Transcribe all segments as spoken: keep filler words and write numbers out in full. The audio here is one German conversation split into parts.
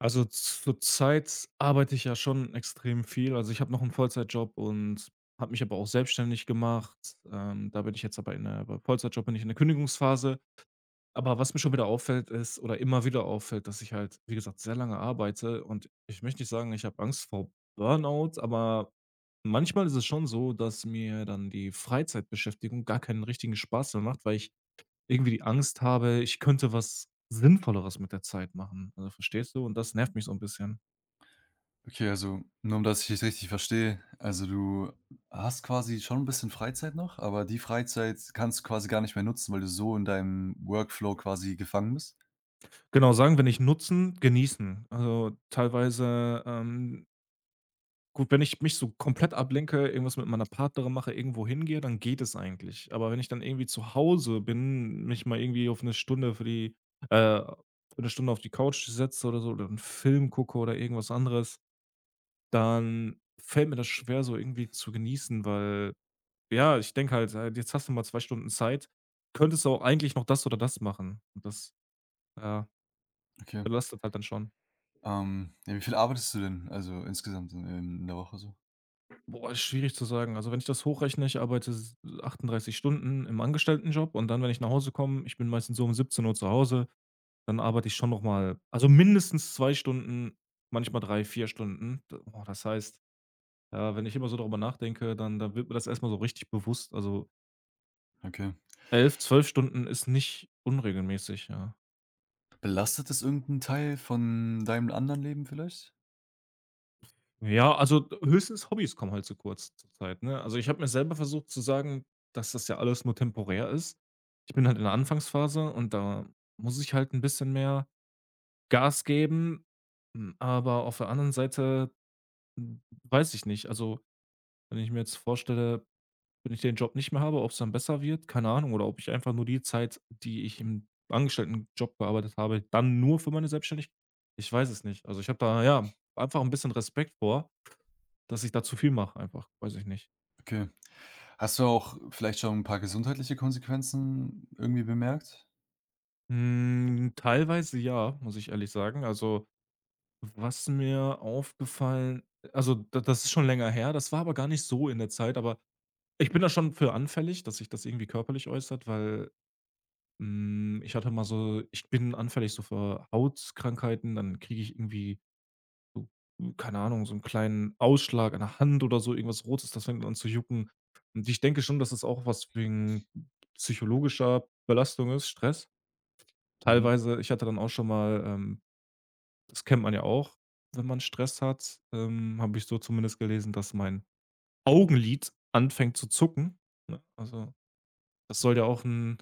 Also, zurzeit arbeite ich ja schon extrem viel. Also, ich habe noch einen Vollzeitjob und habe mich aber auch selbstständig gemacht. Ähm, da bin ich jetzt aber in der bei Vollzeitjob bin ich in der Kündigungsphase. Aber was mir schon wieder auffällt ist oder immer wieder auffällt, dass ich halt, wie gesagt, sehr lange arbeite und ich möchte nicht sagen, ich habe Angst vor Burnout, aber manchmal ist es schon so, dass mir dann die Freizeitbeschäftigung gar keinen richtigen Spaß mehr macht, weil ich irgendwie die Angst habe, ich könnte was Sinnvolleres mit der Zeit machen. Also, verstehst du? Und das nervt mich so ein bisschen. Okay, also nur um dass ich dich richtig verstehe, also du hast quasi schon ein bisschen Freizeit noch, aber die Freizeit kannst du quasi gar nicht mehr nutzen, weil du so in deinem Workflow quasi gefangen bist? Genau, sagen wir nicht nutzen, genießen. Also, teilweise, ähm gut, wenn ich mich so komplett ablenke, irgendwas mit meiner Partnerin mache, irgendwo hingehe, dann geht es eigentlich. Aber wenn ich dann irgendwie zu Hause bin, mich mal irgendwie auf eine Stunde für die äh, für 'ne Stunde auf die Couch setze oder so oder 'n Film gucke oder irgendwas anderes, dann fällt mir das schwer, so irgendwie zu genießen, weil ja, ich denke halt, äh, jetzt hast du mal zwei Stunden Zeit, könntest du auch eigentlich noch das oder das machen. Und das, ja, Okay. belastet halt dann schon. Ähm, ja, wie viel arbeitest du denn, also insgesamt in in der Woche so? Boah, ist schwierig zu sagen. Also, wenn ich das hochrechne, ich arbeite s achtunddreißig Stunden im Angestelltenjob und dann, wenn ich nach Hause komme ich bin meistens so um siebzehn Uhr zu Hause, dann arbeite ich schon noch mal also, mindestens zwei Stunden, manchmal drei, vier Stunden. D Boah, das heißt, ja, wenn ich immer so darüber nachdenke, dann dann wird mir das erst mal so richtig bewusst. Also, Okay. elf, zwölf Stunden ist nicht unregelmäßig, ja. Belastet es irgendeinen Teil von deinem anderen Leben vielleicht? Ja, also höchstens Hobbys kommen halt zu kurz zurzeit, ne? Also, ich habe mir selber versucht zu sagen, dass das ja alles nur temporär ist. Ich bin halt in der Anfangsphase und da muss ich halt ein bisschen mehr Gas geben, hm, aber auf der anderen Seite, hm, weiß ich nicht. Also, wenn ich mir jetzt vorstelle, wenn ich den Job nicht mehr habe, ob es dann besser wird, keine Ahnung, oder ob ich einfach nur die Zeit, die ich im Angestelltenjob gearbeitet habe, dann nur für meine Selbstständigkeit. Ich weiß es nicht. Also, ich habe da, ja, einfach ein bisschen Respekt vor dass ich da zu viel mache einfach, weiß ich nicht. Okay. Hast du auch vielleicht schon ein paar gesundheitliche Konsequenzen irgendwie bemerkt? Hm, teilweise ja, muss ich ehrlich sagen. Also, was mir aufgefallen also, da das ist schon länger her, das war aber gar nicht so in der Zeit, aber ich bin da schon für anfällig, dass sich das irgendwie körperlich äußert. Weil, hm, ich hatte mal so ich bin anfällig so für Hautkrankheiten, dann kriege ich irgendwie so keine Ahnung, so einen kleinen Ausschlag an der Hand oder so, irgendwas Rotes, das fängt an zu jucken. Und ich denke schon, dass es das auch was wegen psychologischer Belastung ist, Stress. Mhm, Teilweise ich hatte dann auch schon mal, ähm das kennt man ja auch, wenn man Stress hat, ähm, habe ich so zumindest gelesen, dass mein Augenlid anfängt zu zucken, ne? Also, das soll ja auch ein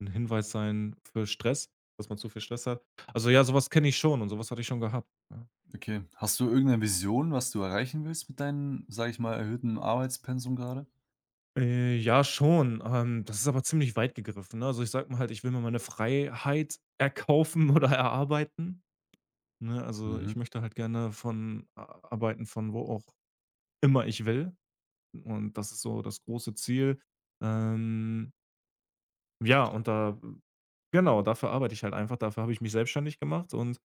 'n Hinweis sein für Stress, dass man zu viel Stress hat. Also, ja, sowas kenne ich schon und sowas hatte ich schon gehabt, ja. okay. Hast du irgendeine Vision, was du erreichen willst mit deinem, sage ich mal, erhöhten Arbeitspensum gerade? Äh, ja, schon, ähm, das ist aber ziemlich weit gegriffen, ne? Also, ich sage mal halt, ich will mir meine Freiheit erkaufen oder erarbeiten, ne? Also, ich Mhm, möchte halt gerne von a arbeiten, von wo auch immer ich will. Und das ist so das große Ziel. Ähm, ja, und da genau, dafür arbeite ich halt einfach. Dafür habe ich mich selbstständig gemacht und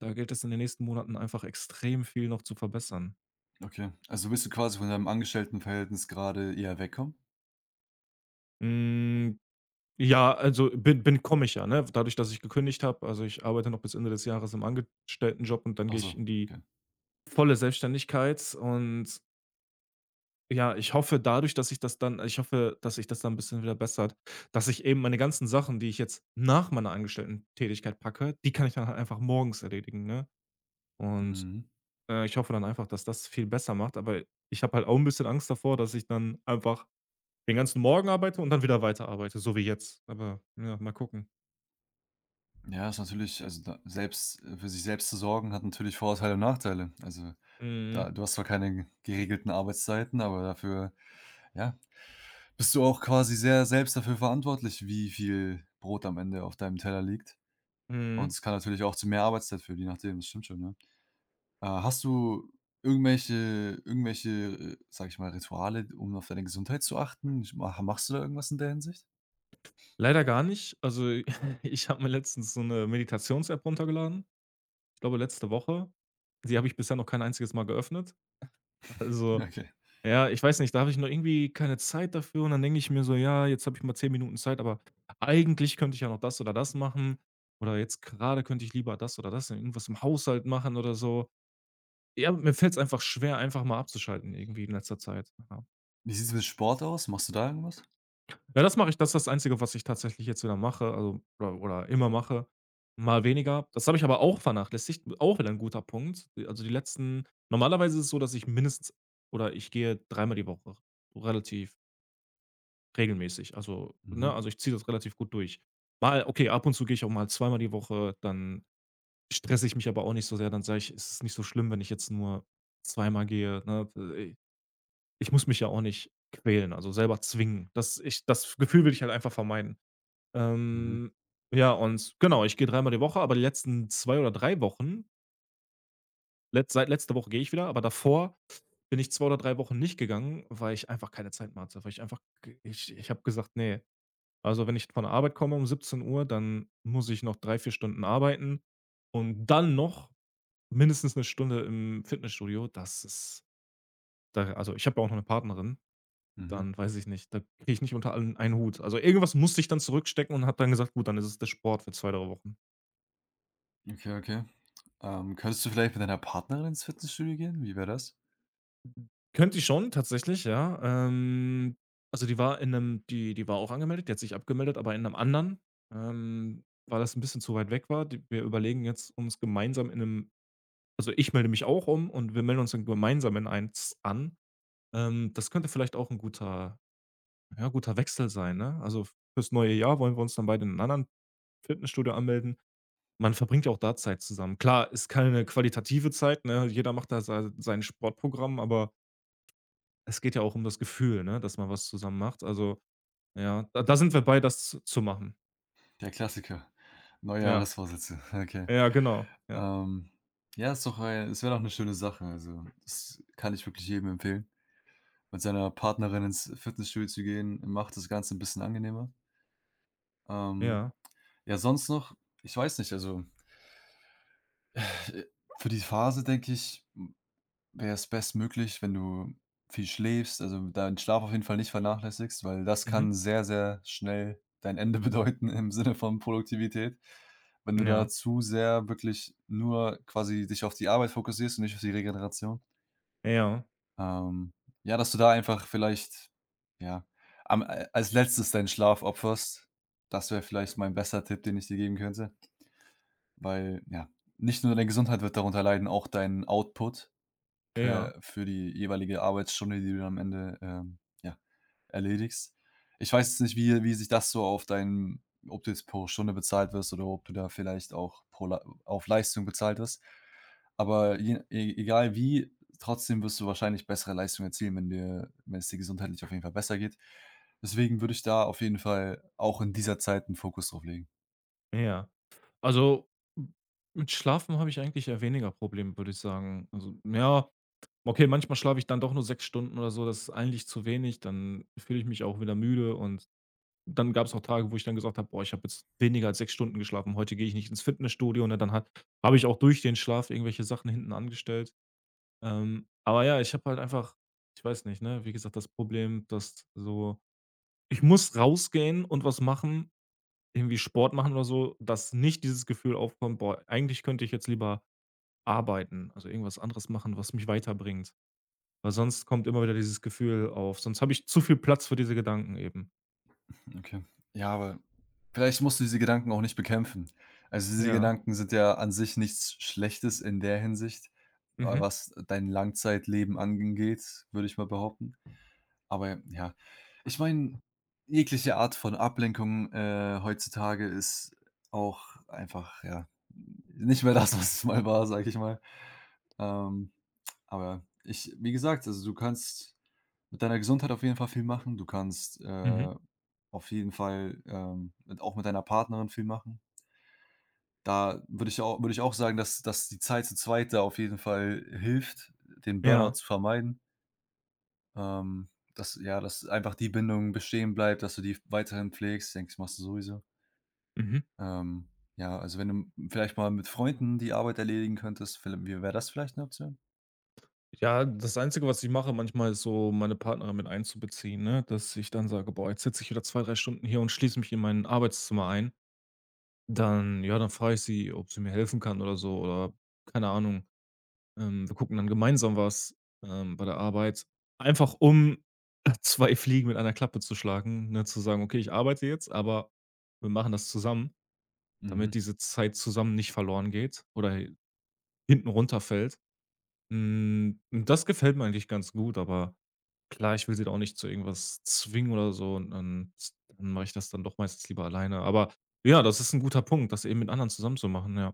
da gilt es in den nächsten Monaten einfach extrem viel noch zu verbessern. okay. Also willst du quasi von deinem Angestelltenverhältnis gerade eher wegkommen? Hm, ja, also bin bin komme ich ja, ne? Dadurch, dass ich gekündigt habe. Also, ich arbeite noch bis Ende des Jahres im Angestelltenjob und dann Ach gehe ich so, in die okay. volle Selbstständigkeit und ja, ich hoffe dadurch, dass ich das dann ich hoffe, dass sich das dann ein bisschen wieder bessert, dass ich eben meine ganzen Sachen, die ich jetzt nach meiner Angestellten-Tätigkeit packe, die kann ich dann halt einfach morgens erledigen, ne? Und, Mhm. äh, ich hoffe dann einfach, dass das viel besser macht, aber ich habe halt auch ein bisschen Angst davor, dass ich dann einfach den ganzen Morgen arbeite und dann wieder weiterarbeite, so wie jetzt. Aber ja, mal gucken. Ja, ist natürlich also da selbst äh, für sich selbst zu sorgen hat natürlich Vorteile und Nachteile. Also, Mhm, da du hast zwar keine geregelten Arbeitszeiten, aber dafür, ja, bist du auch quasi sehr selbst dafür verantwortlich, wie viel Brot am Ende auf deinem Teller liegt. mhm. Und es kann natürlich auch zu mehr Arbeitszeit führen, je nachdem, das stimmt schon, ja. Äh, hast du irgendwelche irgendwelche, äh, sage ich mal, Rituale, um auf deine Gesundheit zu achten? Ich ma Machst du da irgendwas in der Hinsicht? Leider gar nicht. Also, ich habe mir letztens so 'ne Meditations-App runtergeladen, ich glaube letzte Woche. Die habe ich bisher noch kein einziges Mal geöffnet. Also. Okay. Ja, ich weiß nicht, da habe ich noch irgendwie keine Zeit dafür und dann denke ich mir so: „Ja, jetzt habe ich mal zehn Minuten Zeit, aber eigentlich könnte ich ja noch das oder das machen oder jetzt gerade könnte ich lieber das oder das irgendwas im Haushalt machen oder so.“ Ja, mir fällt es einfach schwer, einfach mal abzuschalten irgendwie in letzter Zeit. Ja. Wie sieht es mit Sport aus? Machst du da irgendwas? Ja, das mache ich das ist das Einzige, was ich tatsächlich jetzt wieder mache, also oder oder immer mache, mal weniger. Das habe ich aber auch vernachlässigt, auch wieder ein guter Punkt. Also, die letzten normalerweise ist es so, dass ich mindestens oder ich gehe dreimal die Woche relativ regelmäßig. Also, ne, Mhm, also ich ziehe das relativ gut durch. Mal okay, ab und zu gehe ich auch mal zweimal die Woche, dann stresse ich mich aber auch nicht so sehr. Dann sage ich: „Es ist nicht so schlimm, wenn ich jetzt nur zweimal gehe“, ne? Äh, ich muss mich ja auch nicht quälen, also selber zwingen. Das ich das Gefühl will ich halt einfach vermeiden. mhm, Ähm, ja, und genau, ich gehe dreimal die Woche, aber die letzten zwei oder drei Wochen letz seit letzter Woche gehe ich wieder, aber davor bin ich zwei oder drei Wochen nicht gegangen, weil ich einfach keine Zeit mehr hatte, weil ich einfach g ich ich habe gesagt: nee also, wenn ich von der Arbeit komme um siebzehn Uhr, dann muss ich noch drei vier Stunden arbeiten und dann noch mindestens eine Stunde im Fitnessstudio. Das ist da also, ich habe ja auch noch eine Partnerin, mhm. dann weiß ich nicht, da kriege ich nicht unter allen einen Hut. Also, irgendwas musste ich dann zurückstecken und habe dann gesagt: „Gut, dann ist es der Sport für zwei drei Wochen.“ Okay, okay. Ähm, könntest du vielleicht mit deiner Partnerin ins Fitnessstudio gehen? Wie wäre das? Könnte ich schon tatsächlich, ja. Ähm, also, die war in einem, die die war auch angemeldet, die hat sich abgemeldet, aber in einem anderen, ähm, weil das ein bisschen zu weit weg war. Die wir überlegen jetzt, uns gemeinsam in einem. Also, ich melde mich auch um und wir melden uns dann gemeinsam in eins an. Ähm, das könnte vielleicht auch ein guter ja, guter Wechsel sein, ne? Also, fürs neue Jahr wollen wir uns dann beide in einem anderen Fitnessstudio anmelden. Man verbringt ja auch da Zeit zusammen. Klar, ist keine qualitative Zeit, ne? Jeder macht da sei sein Sportprogramm, aber es geht ja auch um das Gefühl, ne, dass man was zusammen macht. Also, ja, da da sind wir bei, das z zu machen. Der Klassiker. Ja. Neujahresvorsätze, okay. Ja, genau. Ja. Ähm, ja, ist doch ei es wäre doch eine schöne Sache. Also, das kann ich wirklich jedem empfehlen, mit seiner Partnerin ins Fitnessstudio zu gehen, macht das Ganze ein bisschen angenehmer. Ähm Ja. Ja, sonst noch ich weiß nicht, also, äh, für die Phase, denke ich, hm, wäre es bestmöglich, wenn du viel schläfst, also, deinen Schlaf auf jeden Fall nicht vernachlässigst, weil das kann Mhm. sehr, sehr schnell dein Ende bedeuten im Sinne von Produktivität. Wenn du Ja. da zu sehr wirklich nur quasi dich auf die Arbeit fokussierst und nicht auf die Regeneration. Ja. Ähm, ja, dass du da einfach vielleicht, ja, am äh, als Letztes deinen Schlaf opferst. Das wäre vielleicht mein bester Tipp, den ich dir geben könnte. Weil, ja, nicht nur deine Gesundheit wird darunter leiden, auch dein Output Ja. per für die jeweilige Arbeitsstunde, die du am Ende, ähm, ja, erledigst. Ich weiß jetzt nicht, wie wie sich das so auf dein ob du jetzt pro Stunde bezahlt wirst oder ob du da vielleicht auch pro Lei auf Leistung bezahlt wirst. Aber je e egal wie, trotzdem wirst du wahrscheinlich bessere Leistung erzielen, wenn dir wenn es dir gesundheitlich auf jeden Fall besser geht. Deswegen würde ich da auf jeden Fall auch in dieser Zeit einen Fokus drauf legen. Ja. Also, m mit Schlafen habe ich eigentlich eher weniger Probleme, würde ich sagen. Also, ja, okay, manchmal schlafe ich dann doch nur sechs Stunden oder so, das ist eigentlich zu wenig, dann fühle ich mich auch wieder müde und dann gab es auch Tage, wo ich dann gesagt habe: „Boah, ich habe jetzt weniger als sechs Stunden geschlafen, heute gehe ich nicht ins Fitnessstudio“, Und Dann hat habe ich auch durch den Schlaf irgendwelche Sachen hinten angestellt. Ähm, aber ja, ich habe halt einfach ich weiß nicht, ne, wie gesagt, das Problem, dass so ich muss rausgehen und was machen irgendwie Sport machen oder so, dass nicht dieses Gefühl aufkommt: „Boah, eigentlich könnte ich jetzt lieber arbeiten, also irgendwas anderes machen, was mich weiterbringt.“ Weil sonst kommt immer wieder dieses Gefühl auf, sonst habe ich zu viel Platz für diese Gedanken eben. Okay. Ja, aber vielleicht musst du diese Gedanken auch nicht bekämpfen. Also diese Ja. Gedanken sind ja an sich nichts Schlechtes in der Hinsicht, äh, Mhm. was dein Langzeitleben angeht, würde ich mal behaupten. Aber ja, ich meine, jegliche Art von Ablenkung, äh, heutzutage ist auch einfach, ja, nicht mehr das, was es mal war, sage ich mal. Ähm, aber ich wie gesagt, also, du kannst mit deiner Gesundheit auf jeden Fall viel machen. Du kannst, Mhm. äh, auf jeden Fall, ähm, mit auch mit deiner Partnerin viel machen. Da würde ich auch würde ich auch sagen, dass dass die Zeit zu zweit da auf jeden Fall hilft, den Burnout Ja. zu vermeiden. Ähm, dass ja, dass einfach die Bindung bestehen bleibt, dass du die weiterhin pflegst. Denkst machst du sowieso. Mhm. Ähm, ja, also wenn du vielleicht mal mit Freunden die Arbeit erledigen könntest, viellei wie wäre das vielleicht eine Option? Ja, das Einzige, was ich mache manchmal, ist so, meine Partnerin mit einzubeziehen, ne, dass ich dann sage: „Boah, jetzt sitze ich wieder zwei, drei Stunden hier und schließe mich in mein Arbeitszimmer ein.“ Dann ja, dann frage ich sie, ob sie mir helfen kann oder so oder keine Ahnung. Ähm, wir gucken dann gemeinsam was, ähm, bei der Arbeit, einfach um zwei Fliegen mit einer Klappe zu schlagen, ne, zu sagen: „Okay, ich arbeite jetzt, aber wir machen das zusammen“, damit Mhm, diese Zeit zusammen nicht verloren geht oder hinten runterfällt. Hm, das gefällt mir eigentlich ganz gut, aber klar, ich will sie da auch nicht zu irgendwas zwingen oder so und dann dann mache ich das dann doch meistens lieber alleine. Aber ja, das ist ein guter Punkt, das eben mit anderen zusammen zu machen, ja.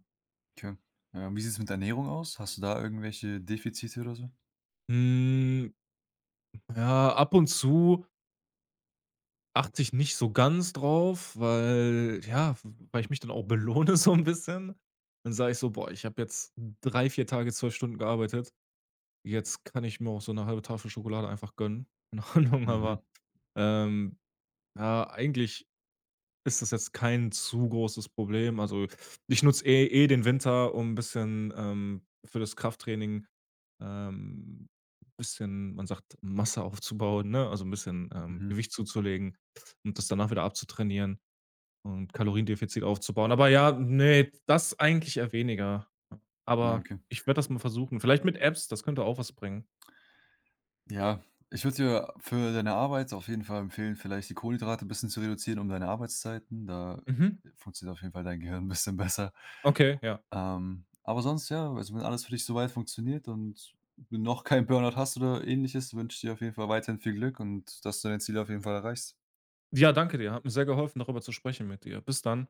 okay. Äh, wie sieht's mit Ernährung aus? Hast du da irgendwelche Defizite oder so? Hm, ja, ab und zu achte ich nicht so ganz drauf, weil ja, weil ich mich dann auch belohne so ein bisschen. Dann sage ich so: „Boah, ich habe jetzt drei vier Tage zwölf Stunden gearbeitet. Jetzt kann ich mir auch so eine halbe Tafel Schokolade einfach gönnen.“ Keine Ahnung, aber, Mhm, ähm, ja, eigentlich ist das jetzt kein zu großes Problem. Also, ich nutze eh eh den Winter, um ein bisschen, ähm, für das Krafttraining, ähm, bisschen, man sagt, Masse aufzubauen, ne? Also ein bisschen, ähm, mhm. Gewicht zuzulegen und das danach wieder abzutrainieren und Kaloriendefizit aufzubauen. Aber ja, ne, das eigentlich eher weniger. Ja, Aber okay. ich werde das mal versuchen. Vielleicht mit Apps, das könnte auch was bringen. Ja, ich würde dir für deine Arbeit auf jeden Fall empfehlen, vielleicht die Kohlenhydrate ein bisschen zu reduzieren um deine Arbeitszeiten. Da Mhm. äh, funktioniert auf jeden Fall dein Gehirn 'n bisschen besser. Okay, ja. Ähm, aber sonst ja, also, wenn alles für dich so weit funktioniert und du noch keinen Burnout hast oder Ähnliches, wünsche ich dir auf jeden Fall weiterhin viel Glück und dass du dein Ziel auf jeden Fall erreichst. Ja, danke dir. Hat mir sehr geholfen, darüber zu sprechen mit dir. Bis dann.